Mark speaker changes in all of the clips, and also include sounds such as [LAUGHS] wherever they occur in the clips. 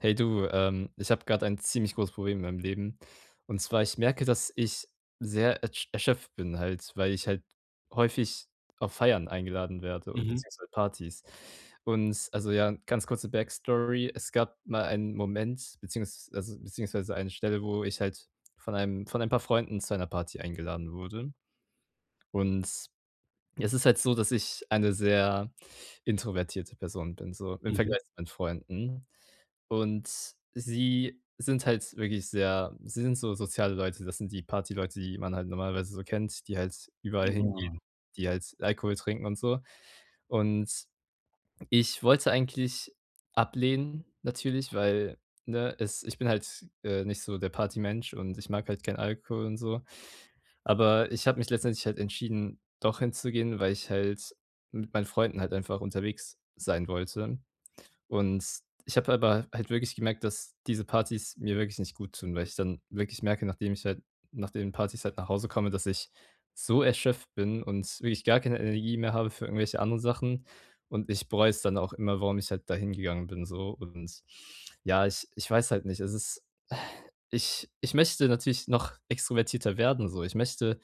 Speaker 1: Hey du, ich habe gerade ein ziemlich großes Problem in meinem Leben. Und zwar, ich merke, dass ich sehr erschöpft bin halt, weil ich halt häufig auf Feiern eingeladen werde,
Speaker 2: Mhm,
Speaker 1: beziehungsweise Partys. Und also ja, ganz kurze Backstory. Es gab mal einen Moment, beziehungsweise eine Stelle, wo ich halt von ein paar Freunden zu einer Party eingeladen wurde. Und es ist halt so, dass ich eine sehr introvertierte Person bin, so im
Speaker 2: mhm.
Speaker 1: Vergleich zu meinen Freunden. Und sie sind halt wirklich sehr sie sind so soziale Leute. Das sind die Partyleute, die man halt normalerweise so kennt, die halt überall hingehen,
Speaker 2: Ja.
Speaker 1: die halt Alkohol trinken und so. Und ich wollte eigentlich ablehnen natürlich, weil, ne, es ich bin halt, nicht so der Partymensch und ich mag halt keinen Alkohol und so. Aber ich habe mich letztendlich halt entschieden, doch hinzugehen, weil ich halt mit meinen Freunden halt einfach unterwegs sein wollte. Und ich habe aber halt wirklich gemerkt, dass diese Partys mir wirklich nicht gut tun, weil ich dann wirklich merke, nachdem ich halt nach den Partys halt nach Hause komme, dass ich so erschöpft bin und wirklich gar keine Energie mehr habe für irgendwelche anderen Sachen. Und ich bereue es dann auch immer, warum ich halt dahin gegangen bin so. Und ja, ich weiß halt nicht. Es ist Ich möchte natürlich noch extrovertierter werden so. Ich möchte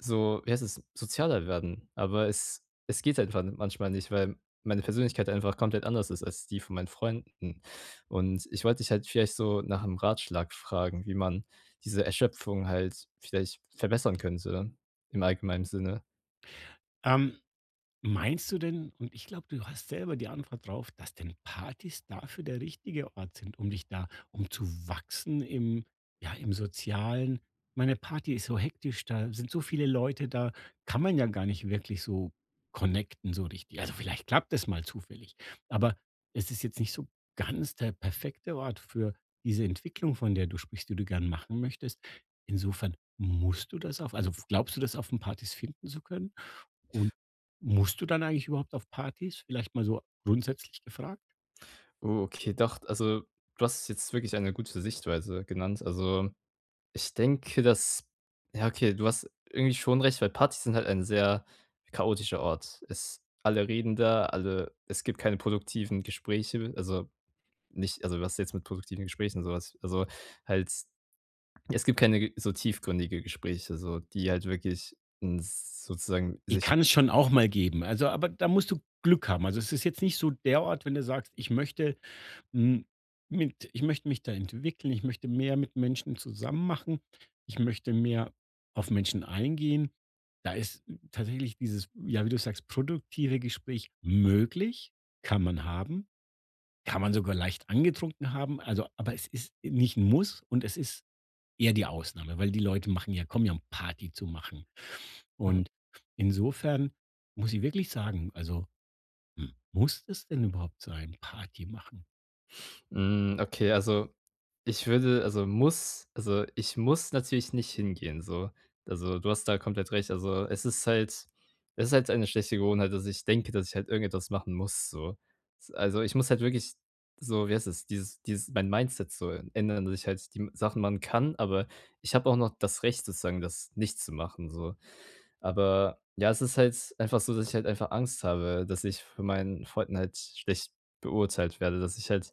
Speaker 1: so, wie heißt es, sozialer werden. Aber es geht einfach manchmal nicht, weil meine Persönlichkeit einfach komplett anders ist als die von meinen Freunden. Und ich wollte dich halt vielleicht so nach einem Ratschlag fragen, wie man diese Erschöpfung halt vielleicht verbessern könnte im allgemeinen Sinne.
Speaker 2: Ähm, Meinst du denn, und ich glaube, du hast selber die Antwort drauf, dass denn Partys dafür der richtige Ort sind, um dich da um zu wachsen im, ja, im Sozialen? Meine, Party ist so hektisch, da sind so viele Leute, da kann man ja gar nicht wirklich so connecten, so richtig. Also, vielleicht klappt das mal zufällig, aber es ist jetzt nicht so ganz der perfekte Ort für diese Entwicklung, von der du sprichst, die du gern machen möchtest. Insofern musst du das auf, also, glaubst du, das auf den Partys finden zu können? Und musst du dann eigentlich überhaupt auf Partys? Vielleicht mal so grundsätzlich gefragt?
Speaker 1: Oh, okay, doch, also, du hast jetzt wirklich eine gute Sichtweise genannt. Also, ich denke, dass, ja, okay, du hast irgendwie schon recht, weil Partys sind halt ein sehr chaotischer Ort. Es Alle reden da, alle es gibt keine produktiven Gespräche, also nicht, also was jetzt mit produktiven Gesprächen, sowas, also halt es gibt keine ge so tiefgründige Gespräche, so die halt wirklich 'n sozusagen
Speaker 2: Die
Speaker 1: sich.
Speaker 2: kann es schon auch mal geben. Also, aber da musst du Glück haben. Also, es ist jetzt nicht so der Ort, wenn du sagst: „Ich möchte, hm, mit, ich möchte mich da entwickeln, ich möchte mehr mit Menschen zusammen machen, ich möchte mehr auf Menschen eingehen." Da ist tatsächlich dieses, ja, wie du sagst, produktive Gespräch möglich, kann man haben, kann man sogar leicht angetrunken haben. Also, aber es ist nicht ein Muss und es ist eher die Ausnahme, weil die Leute machen ja, kommen ja, um Party zu machen. Und insofern muss ich wirklich sagen, also, muss das denn überhaupt sein, Party machen?
Speaker 1: Hm, okay, also Ich würde also, muss also, ich muss natürlich nicht hingehen so. Also, du hast da komplett recht. Also, es ist halt eine schlechte Gewohnheit, dass ich denke, dass ich halt irgendetwas machen muss so. S Also, ich muss halt wirklich, so wie heißt es, dieses mein Mindset so ändern, dass ich halt die Sachen machen kann, aber ich habe auch noch das Recht sozusagen, das nicht zu machen so. Aber ja, es ist halt einfach so, dass ich halt einfach Angst habe, dass ich von meinen Freunden halt schlecht beurteilt werde, dass ich halt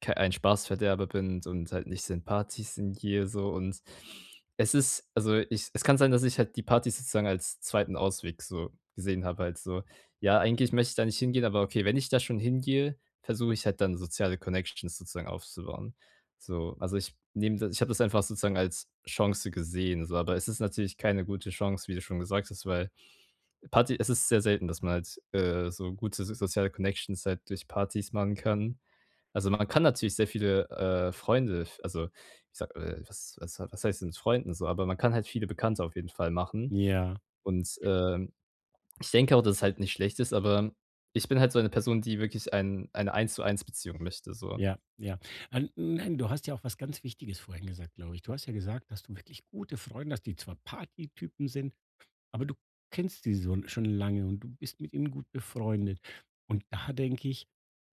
Speaker 1: kei ein Spaßverderber bin und halt nicht in den Partys hingehe so. Und es kann sein, dass ich halt die Partys sozusagen als zweiten Ausweg so gesehen habe halt so. Ja, eigentlich möchte ich da nicht hingehen, aber okay, wenn ich da schon hingehe, versuche ich halt dann soziale Connections sozusagen aufzubauen. So, also ich habe das einfach sozusagen als Chance gesehen, so, aber es ist natürlich keine gute Chance, wie du schon gesagt hast, weil Party es ist sehr selten, dass man halt, so gute, soziale Connections halt durch Partys machen kann. Also, man kann natürlich sehr viele, Freunde, f also, ich sag, was heißt denn mit Freunden so, aber man kann halt viele Bekannte auf jeden Fall machen
Speaker 2: Ja,
Speaker 1: und, ich denke auch, dass es halt nicht schlecht ist, aber ich bin halt so eine Person, die wirklich eine Eins-zu-eins Beziehung möchte, so.
Speaker 2: ja, ja. An nein, du hast ja auch was ganz Wichtiges vorhin gesagt, glaube ich. Du hast ja gesagt, dass du wirklich gute Freunde hast, die zwar Partytypen sind, aber du kennst sie so schon lange und du bist mit ihnen gut befreundet. Und da denke ich,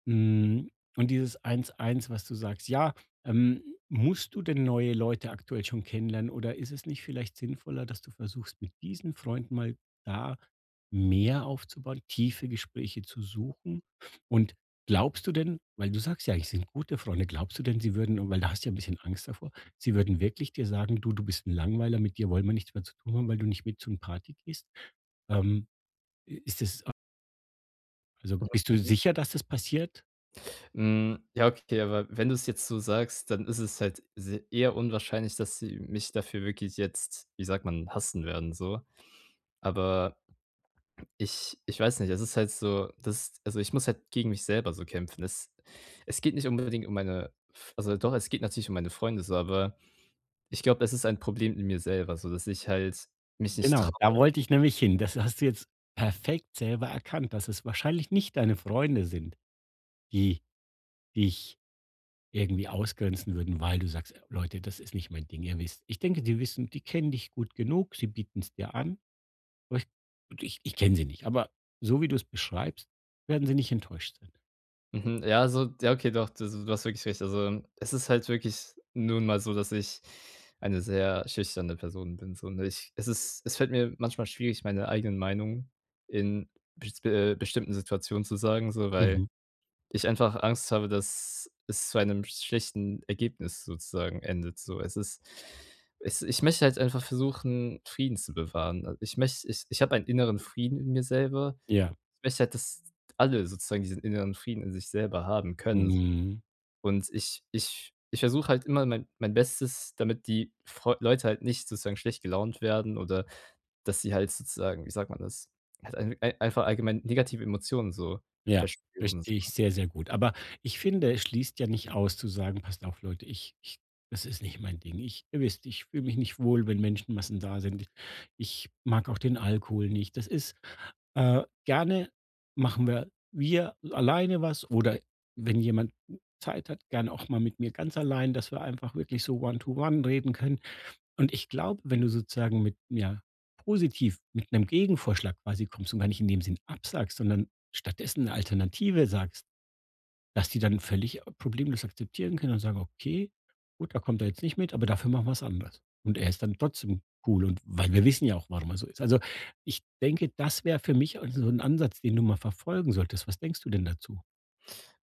Speaker 2: Hm, und dieses eins eins, was du sagst, ja, ähm, musst du denn neue Leute aktuell schon kennenlernen oder ist es nicht vielleicht sinnvoller, dass du versuchst, mit diesen Freunden mal da mehr aufzubauen, tiefe Gespräche zu suchen? Und glaubst du denn, weil du sagst ja, ich sind gute Freunde, glaubst du denn, sie würden, und weil da hast du ja ein bisschen Angst davor, sie würden wirklich dir sagen: „Du, du bist ein Langweiler, mit dir wollen wir nichts mehr zu tun haben, weil du nicht mit zu 'n Party gehst?" Ähm, ist das, also, bist du sicher, dass das passiert?
Speaker 1: Hm, ja, okay, aber wenn du es jetzt so sagst, dann ist es halt se eher unwahrscheinlich, dass sie mich dafür wirklich jetzt, wie sagt man, hassen werden so. Aber ich weiß nicht, es ist halt so. Ich muss halt gegen mich selber so kämpfen. Es geht nicht unbedingt um meine F also, doch, es geht natürlich um meine Freunde so, aber ich glaube, es ist ein Problem in mir selber, so dass ich halt mich nicht.
Speaker 2: Genau, da wollte ich nämlich hin. Das hast du jetzt perfekt selber erkannt, dass es wahrscheinlich nicht deine Freunde sind, die dich irgendwie ausgrenzen würden, weil du sagst: „Leute, das ist nicht mein Ding, ihr wisst." Ich denke, die wissen, die kennen dich gut genug, sie bieten es dir an, aber ich kenne sie nicht, aber so wie du es beschreibst, werden sie nicht enttäuscht sein.
Speaker 1: Mhm, ja, also ja, okay, doch, du hast wirklich recht. Also, es ist halt wirklich nun mal so, dass ich eine sehr schüchterne Person bin, so, ne? Ich Es fällt mir manchmal schwierig, meine eigenen Meinungen in bestimmten Situationen zu sagen, so, weil
Speaker 2: Mhm.
Speaker 1: ich einfach Angst habe, dass es zu einem schlechten Ergebnis sozusagen endet, so. Es ist es ich möchte halt einfach versuchen, Frieden zu bewahren. Also, Ich möchte ich ich habe einen inneren Frieden in mir selber.
Speaker 2: Ja.
Speaker 1: Ich möchte halt, dass alle sozusagen diesen inneren Frieden in sich selber haben können so.
Speaker 2: Mhm.
Speaker 1: Und ich versuche halt immer mein Bestes, damit die Freu Leute halt nicht sozusagen schlecht gelaunt werden oder dass sie halt sozusagen, wie sagt man das, halt einfach allgemein negative Emotionen so
Speaker 2: Ja,
Speaker 1: verspüren, so.
Speaker 2: verstehe ich sehr, sehr gut. Aber ich finde, es schließt ja nicht aus zu sagen, passt auf, Leute, ich, das ist nicht mein Ding. Ich, ihr wisst, ich fühle mich nicht wohl, wenn Menschenmassen da sind. Ich mag auch den Alkohol nicht. Das ist, gerne machen wir alleine was, oder wenn jemand Zeit hat, gerne auch mal mit mir ganz allein, dass wir einfach wirklich so one-to-one reden können. Und ich glaube, wenn du sozusagen mit, ja, positiv, mit einem Gegenvorschlag quasi kommst und gar nicht in dem Sinn absagst, sondern stattdessen eine Alternative sagst, dass die dann völlig problemlos akzeptieren können und sagen: „Okay, gut, da kommt er jetzt nicht mit, aber dafür machen wir es anders." Und er ist dann trotzdem cool, und weil wir wissen ja auch, warum er so ist. Also, ich denke, das wäre für mich, also, so ein Ansatz, den du mal verfolgen solltest. Was denkst du denn dazu?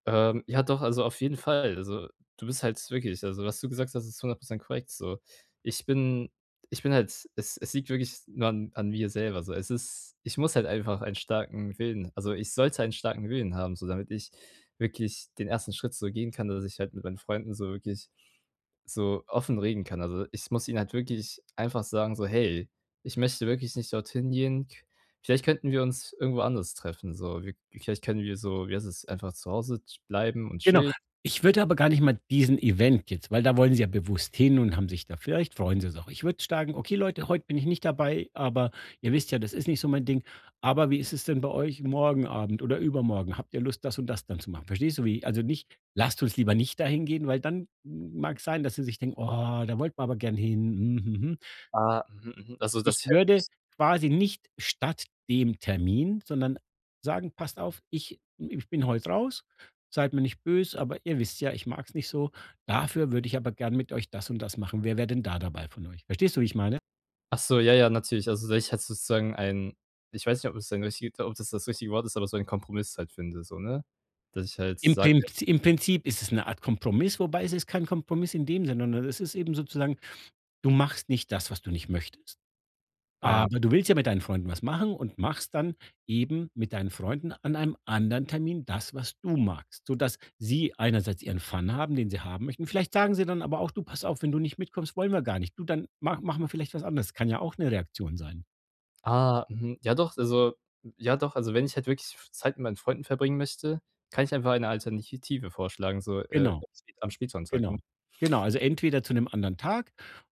Speaker 1: Ja doch, also auf jeden Fall. Also, du bist halt wirklich, also, was du gesagt hast, ist 100 korrekt so. Ich bin ich bin halt es liegt wirklich nur an mir selber so. Es ist ich muss halt einfach einen starken Willen, also, ich sollte einen starken Willen haben, so damit ich wirklich den ersten Schritt so gehen kann, dass ich halt mit meinen Freunden so wirklich so offen reden kann. Also, ich muss ihnen halt wirklich einfach sagen so: „Hey, ich möchte wirklich nicht dorthin gehen.“ Vielleicht könnten wir uns irgendwo anders treffen, so. Wir vielleicht können wir, so wie heißt es, einfach zu Hause ch bleiben und
Speaker 2: Genau.
Speaker 1: chillen.
Speaker 2: Ich würde aber gar nicht mal diesen Event jetzt, weil da wollen sie ja bewusst hin und haben sich da, vielleicht freuen sie sich auch. Ich würde sagen: „Okay, Leute, heute bin ich nicht dabei, aber ihr wisst ja, das ist nicht so mein Ding. Aber wie ist es denn bei euch morgen Abend oder übermorgen? Habt ihr Lust, das und das dann zu machen?" Verstehst du, wie, also nicht: „Lasst uns lieber nicht dahin gehen", weil dann mag es sein, dass sie sich denken: „Oh, da wollten wir aber gern hin." Mhm, mhm,
Speaker 1: Ah, mhm, mhm. Also,
Speaker 2: ich
Speaker 1: dass ich halt
Speaker 2: würde
Speaker 1: nicht.
Speaker 2: quasi nicht statt dem Termin, sondern sagen: „Passt auf, ich bin heute raus, seid mir nicht böse, aber ihr wisst ja, ich mag's nicht so. Dafür würde ich aber gern mit euch das und das machen. Wer wäre denn da dabei von euch?" Verstehst du, wie ich meine?
Speaker 1: Ach so, ja, ja, natürlich. Also, dass ich halt sozusagen ein ich weiß nicht, ob es ein richtig ob das richtige Wort ist, aber so einen Kompromiss halt finde, so, ne? Dass ich halt
Speaker 2: Im
Speaker 1: sage.
Speaker 2: Prinz im Prinzip ist es eine Art Kompromiss, wobei, es ist kein Kompromiss in dem Sinne, sondern es ist eben sozusagen, du machst nicht das, was du nicht möchtest.
Speaker 1: Ah,
Speaker 2: Aber du willst ja mit deinen Freunden was machen und machst dann eben mit deinen Freunden an einem anderen Termin das, was du magst, sodass sie einerseits ihren Fun haben, den sie haben möchten. Vielleicht sagen sie dann aber auch: „Du, pass auf, wenn du nicht mitkommst, wollen wir gar nicht. Du, dann ma machen wir vielleicht was anderes." Kann ja auch eine Reaktion sein.
Speaker 1: ah, mhm, ja doch, also wenn ich halt wirklich Zeit mit meinen Freunden verbringen möchte, kann ich einfach eine Alternative vorschlagen, so,
Speaker 2: Genau,
Speaker 1: am Spät ne?
Speaker 2: genau. Genau, also entweder zu einem anderen Tag,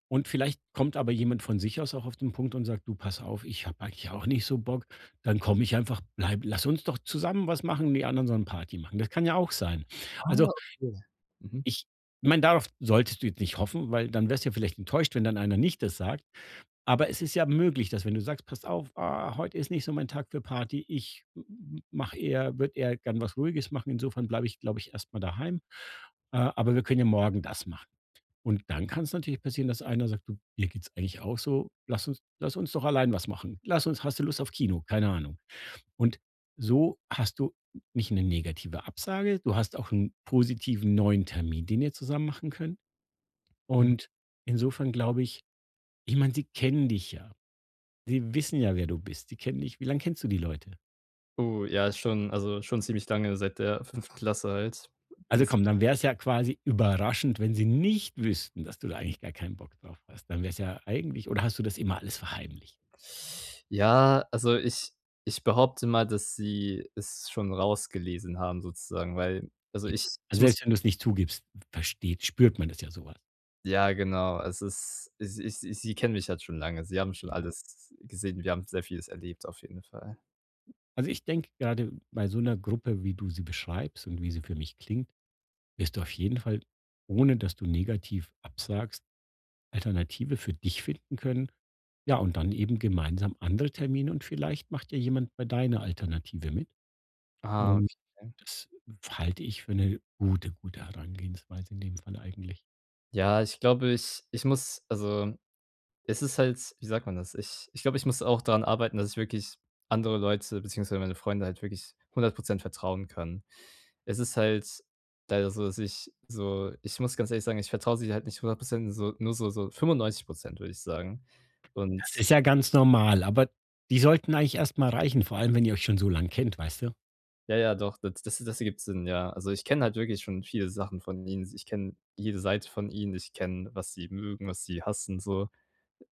Speaker 2: und vielleicht kommt aber jemand von sich aus auch auf den Punkt und sagt: „Du, pass auf, ich habe eigentlich auch nicht so Bock. Dann komme ich einfach, bleib, lass uns doch zusammen was machen, die anderen sollen Party machen." Das kann ja auch sein.
Speaker 1: Ah,
Speaker 2: Also,
Speaker 1: okay. Mhm.
Speaker 2: ich meine, darauf solltest du jetzt nicht hoffen, weil dann wärst du ja vielleicht enttäuscht, wenn dann einer nicht das sagt. Aber es ist ja möglich, dass wenn du sagst: „Pass auf, heute ist nicht so mein Tag für Party. Ich mache eher würde eher gern was Ruhiges machen. Insofern bleibe ich, glaube ich, erst mal daheim. Aber wir können ja morgen das machen." Und dann kann es natürlich passieren, dass einer sagt: „Du, mir geht's eigentlich auch so. Lass uns, lass uns doch allein was machen. Lass uns hast du Lust auf Kino?" Keine Ahnung. Und so hast du nicht eine negative Absage, du hast auch einen positiven neuen Termin, den ihr zusammen machen könnt.
Speaker 1: Mhm.
Speaker 2: Und insofern glaube ich, ich meine, sie kennen dich ja. Sie wissen ja, wer du bist. Sie kennen dich, wie lange kennst du die Leute?
Speaker 1: Oh, ja, ist schon, also, schon ziemlich lange, seit der [LAUGHS] fünften Klasse halt.
Speaker 2: Also
Speaker 1: Bis
Speaker 2: komm, dann wäre es ja quasi überraschend, wenn sie nicht wüssten, dass du da eigentlich gar keinen Bock drauf hast. Dann wäre es ja eigentlich, oder hast du das immer alles verheimlicht?
Speaker 1: Ja, also, ich behaupte mal, dass sie es schon rausgelesen haben sozusagen, weil, also,
Speaker 2: J
Speaker 1: ich
Speaker 2: Also,
Speaker 1: muss.
Speaker 2: selbst wenn du es nicht zugibst, versteht spürt man das ja, sowas.
Speaker 1: Ja, genau. Es ist, es ich sie kennen mich halt schon lange. Sie haben schon
Speaker 2: Eben.
Speaker 1: alles gesehen. Wir haben sehr vieles erlebt auf jeden Fall.
Speaker 2: Also, ich denke, gerade bei so einer Gruppe, wie du sie beschreibst und wie sie für mich klingt, wirst du auf jeden Fall, ohne dass du negativ absagst, Alternative für dich finden können. Ja, und dann eben gemeinsam andere Termine, und vielleicht macht ja jemand bei deiner Alternative mit.
Speaker 1: Ah,
Speaker 2: Und
Speaker 1: okay.
Speaker 2: das halte ich für eine gute, gute Herangehensweise in dem Fall eigentlich.
Speaker 1: Ja, ich glaube, ich muss, also. Es ist halt, wie sagt man das? Ich glaube, ich muss auch daran arbeiten, dass ich wirklich andere Leute beziehungsweise meine Freunde halt wirklich 100% vertrauen kann. Es ist halt leider so, dass ich so. Ich muss ganz ehrlich sagen, ich vertraue sie halt nicht 100, nur so 95% würde ich sagen. Und
Speaker 2: Das ist ja ganz normal, aber die sollten eigentlich erstmal reichen, vor allem wenn ihr euch schon so lang kennt, weißt du?
Speaker 1: ja, ja, doch, das ergibt Sinn, ja. Also, ich kenne halt wirklich schon viele Sachen von ihnen. Ich kenne jede Seite von ihnen. Ich kenne, was sie mögen, was sie hassen so.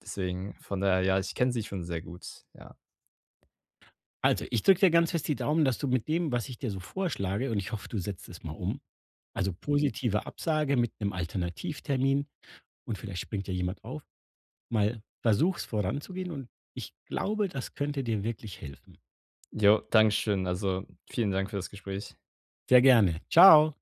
Speaker 1: Deswegen, von daher, ja, ich kenne sie schon sehr gut, ja.
Speaker 2: Also, ich drücke dir ganz fest die Daumen, dass du mit dem, was ich dir so vorschlage, und ich hoffe, du setzt es mal um, also positive Absage mit einem Alternativtermin. Und vielleicht springt ja jemand auf. Mal versuch's voranzugehen, und ich glaube, das könnte dir wirklich helfen.
Speaker 1: Jo, Dankeschön. Also, vielen Dank für das Gespräch.
Speaker 2: Sehr gerne. Ciao.